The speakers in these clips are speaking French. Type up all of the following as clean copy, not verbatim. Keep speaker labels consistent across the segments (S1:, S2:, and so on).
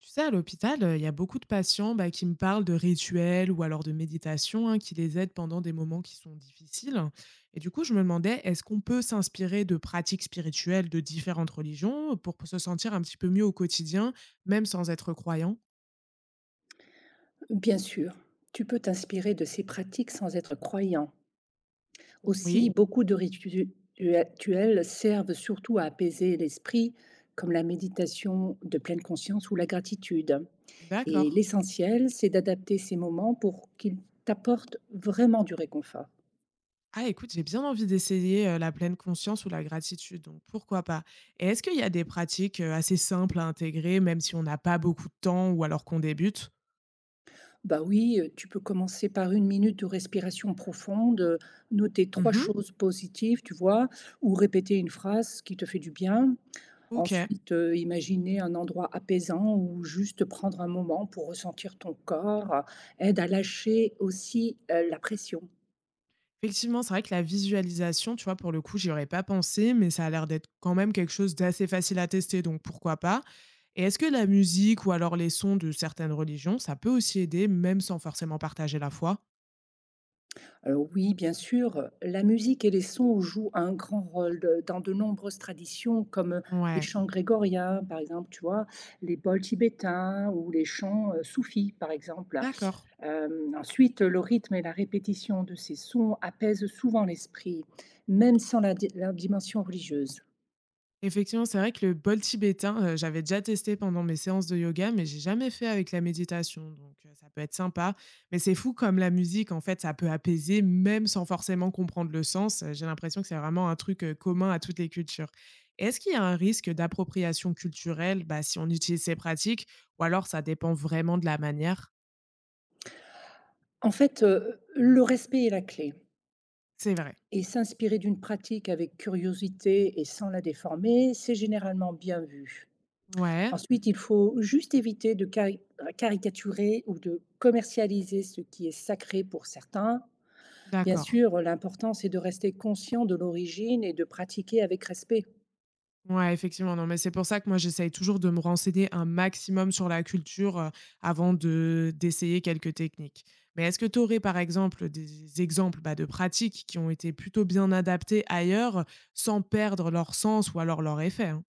S1: Tu sais, à l'hôpital, il y a beaucoup de patients, bah, qui me parlent de rituels ou alors de méditation, hein, qui les aident pendant des moments qui sont difficiles. Et du coup, je me demandais, est-ce qu'on peut s'inspirer de pratiques spirituelles de différentes religions pour se sentir un petit peu mieux au quotidien, même sans être croyant.
S2: Bien sûr, tu peux t'inspirer de ces pratiques sans être croyant. Aussi,
S1: Oui,
S2: beaucoup de rituels servent surtout à apaiser l'esprit, comme la méditation de pleine conscience ou la gratitude. Et
S1: d'accord.
S2: l'essentiel, c'est d'adapter ces moments pour qu'ils t'apportent vraiment du réconfort.
S1: Ah, écoute, j'ai bien envie d'essayer la pleine conscience ou la gratitude, donc pourquoi pas. Et est-ce qu'il y a des pratiques assez simples à intégrer, même si on n'a pas beaucoup de temps ou alors qu'on débute?
S2: Bah oui, tu peux commencer par une minute de respiration profonde, noter trois
S1: Mhm.
S2: choses positives, tu vois, ou répéter une phrase qui te fait du bien.
S1: Ok.
S2: Ensuite, imaginer un endroit apaisant ou juste prendre un moment pour ressentir ton corps, aide à lâcher aussi, la pression.
S1: Effectivement, c'est vrai que la visualisation, tu vois, pour le coup, j'y aurais pas pensé, mais ça a l'air d'être quand même quelque chose d'assez facile à tester, donc pourquoi pas. Et est-ce que la musique ou alors les sons de certaines religions, ça peut aussi aider, même sans forcément partager la foi?
S2: Alors oui, bien sûr, la musique et les sons jouent un grand rôle de dans de nombreuses traditions comme les
S1: Ouais,
S2: chants grégoriens, par exemple, tu vois? Les bols tibétains ou les chants, soufis, par exemple.
S1: d'accord.
S2: Ensuite, le rythme et la répétition de ces sons apaisent souvent l'esprit, même sans la dimension religieuse.
S1: Effectivement, c'est vrai que le bol tibétain, j'avais déjà testé pendant mes séances de yoga, mais j'ai jamais fait avec la méditation, donc ça peut être sympa. Mais c'est fou comme la musique, en fait, ça peut apaiser même sans forcément comprendre le sens. J'ai l'impression que c'est vraiment un truc, commun à toutes les cultures. Est-ce qu'il y a un risque d'appropriation culturelle, bah, si on utilise ces pratiques ou alors ça dépend vraiment de la manière?
S2: En fait, le respect est la clé,
S1: C'est vrai.
S2: et s'inspirer d'une pratique avec curiosité et sans la déformer, c'est généralement bien vu.
S1: Ouais,
S2: Ensuite, il faut juste éviter de caricaturer ou de commercialiser ce qui est sacré pour certains. Bien
S1: d'accord.
S2: sûr, l'important, c'est de rester conscient de l'origine et de pratiquer avec respect.
S1: Ouais, effectivement, non, mais c'est pour ça que moi j'essaye toujours de me renseigner un maximum sur la culture, avant de d'essayer quelques techniques. Mais est-ce que tu aurais par exemple des exemples, bah, de pratiques qui ont été plutôt bien adaptées ailleurs, sans perdre leur sens ou alors leur effet, hein?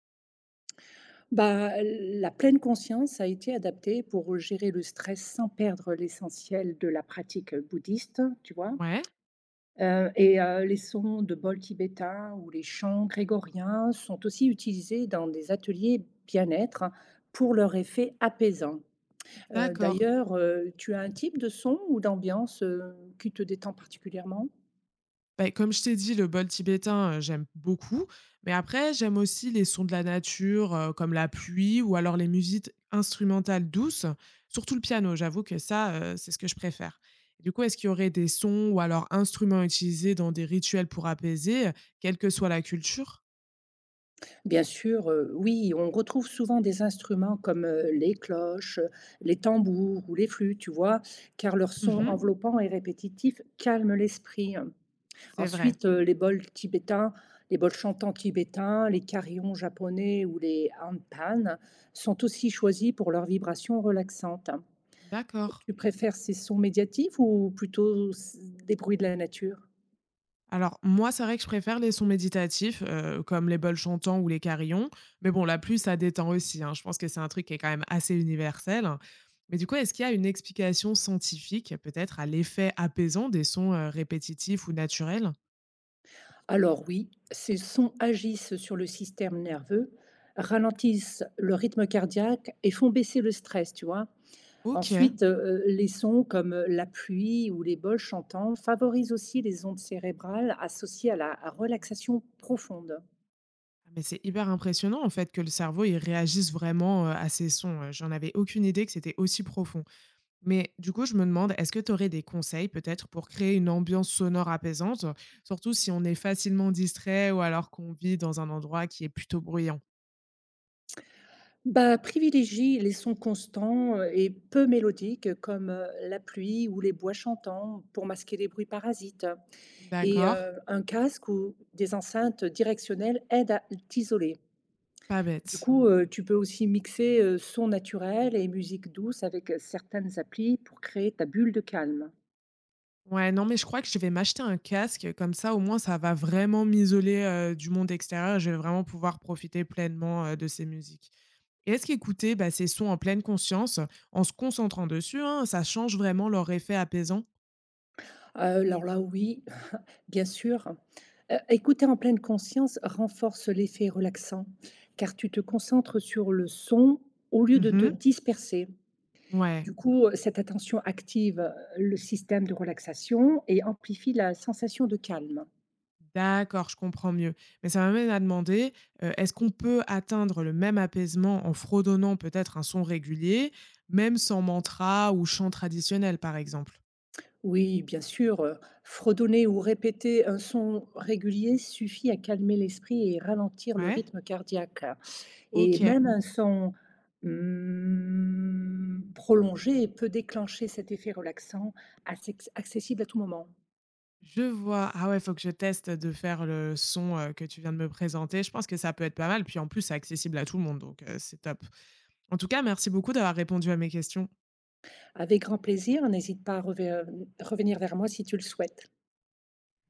S2: Bah, la pleine conscience a été adaptée pour gérer le stress sans perdre l'essentiel de la pratique bouddhiste, tu vois?
S1: Ouais,
S2: Et les sons de bols tibétains ou les chants grégoriens sont aussi utilisés dans des ateliers bien-être pour leur effet apaisant.
S1: d'accord.
S2: D'ailleurs, tu as un type de son ou d'ambiance, qui te détend particulièrement?
S1: Beh, comme je t'ai dit, le bol tibétain, j'aime beaucoup, mais après j'aime aussi les sons de la nature, comme la pluie ou alors les musiques instrumentales douces, surtout le piano. J'avoue que ça, c'est ce que je préfère. Du coup, est-ce qu'il y aurait des sons ou alors instruments utilisés dans des rituels pour apaiser, quelle que soit la culture?
S2: Bien sûr, oui, on retrouve souvent des instruments comme, les cloches, les tambours ou les flûtes, tu vois? Car leur son
S1: Mmh.
S2: enveloppant et répétitif calme l'esprit.
S1: C'est vrai.
S2: Ensuite, les bols tibétains, les bols chantants tibétains, les carillons japonais ou les handpan sont aussi choisis pour leurs vibrations relaxantes.
S1: D'accord.
S2: Tu préfères ces sons médiatifs ou plutôt s des bruits de la nature?
S1: Alors moi, c'est vrai que je préfère les sons méditatifs, comme les bols chantants ou les carillons, mais bon, la pluie, ça détend aussi, hein. Je pense que c'est un truc qui est quand même assez universel. Mais du coup, est-ce qu'il y a une explication scientifique, peut-être, à l'effet apaisant des sons, répétitifs ou naturels?
S2: Alors oui, ces sons agissent sur le système nerveux, ralentissent le rythme cardiaque et font baisser le stress, tu vois?
S1: OK.
S2: Ensuite, les sons comme la pluie ou les bols chantants favorisent aussi les ondes cérébrales associées à la relaxation profonde.
S1: Ah mais c'est hyper impressionnant, en fait, que le cerveau, il réagisse vraiment, à ces sons. J'en avais aucune idée que c'était aussi profond. Mais du coup, je me demande, est-ce que tu aurais des conseils peut-être pour créer une ambiance sonore apaisante, surtout si on est facilement distrait ou alors qu'on vit dans un endroit qui est plutôt bruyant?
S2: Bah, privilégie les sons constants, et peu mélodiques comme, la pluie ou les bois chantants pour masquer les bruits parasites, et
S1: D'accord,
S2: un casque ou des enceintes directionnelles aident à t'isoler.
S1: pas
S2: Du
S1: bête.
S2: coup, tu peux aussi mixer, sons naturels et musique douce avec certaines applis pour créer ta bulle de calme.
S1: Ouais, non, mais je crois que je vais m'acheter un casque, comme ça au moins ça va vraiment m'isoler du monde extérieur, je vais vraiment pouvoir profiter pleinement de ces musiques. Et est-ce qu'écouter, bah, ces sons en pleine conscience, en se concentrant dessus, hein, ça change vraiment leur effet apaisant?
S2: Heu, alors là, oui, bien sûr. Écouter en pleine conscience renforce l'effet relaxant, car tu te concentres sur le son au lieu de te
S1: Mhm.
S2: disperser.
S1: Ouais.
S2: Du coup, cette attention active, le système de relaxation et amplifie la sensation de calme.
S1: D'accord, je comprends mieux. Mais ça m'amène à demander, est-ce qu'on peut atteindre le même apaisement en fredonnant peut-être un son régulier, même sans mantra ou chant traditionnel, par exemple?
S2: Oui, bien sûr, fredonner ou répéter un son régulier suffit à calmer l'esprit et ralentir le
S1: Ouais?
S2: rythme cardiaque. Et
S1: OK,
S2: même un son, mmh, prolongé peut déclencher cet effet relaxant, accex accessible à tout moment.
S1: je vois. Ah ouais, faut que je teste de faire le son, que tu viens de me présenter. Je pense que ça peut être pas mal, puis en plus, c'est accessible à tout le monde, donc c'est top. En tout cas, merci beaucoup d'avoir répondu à mes questions.
S2: Avec grand plaisir, n'hésite pas à revenir vers moi si tu le souhaites.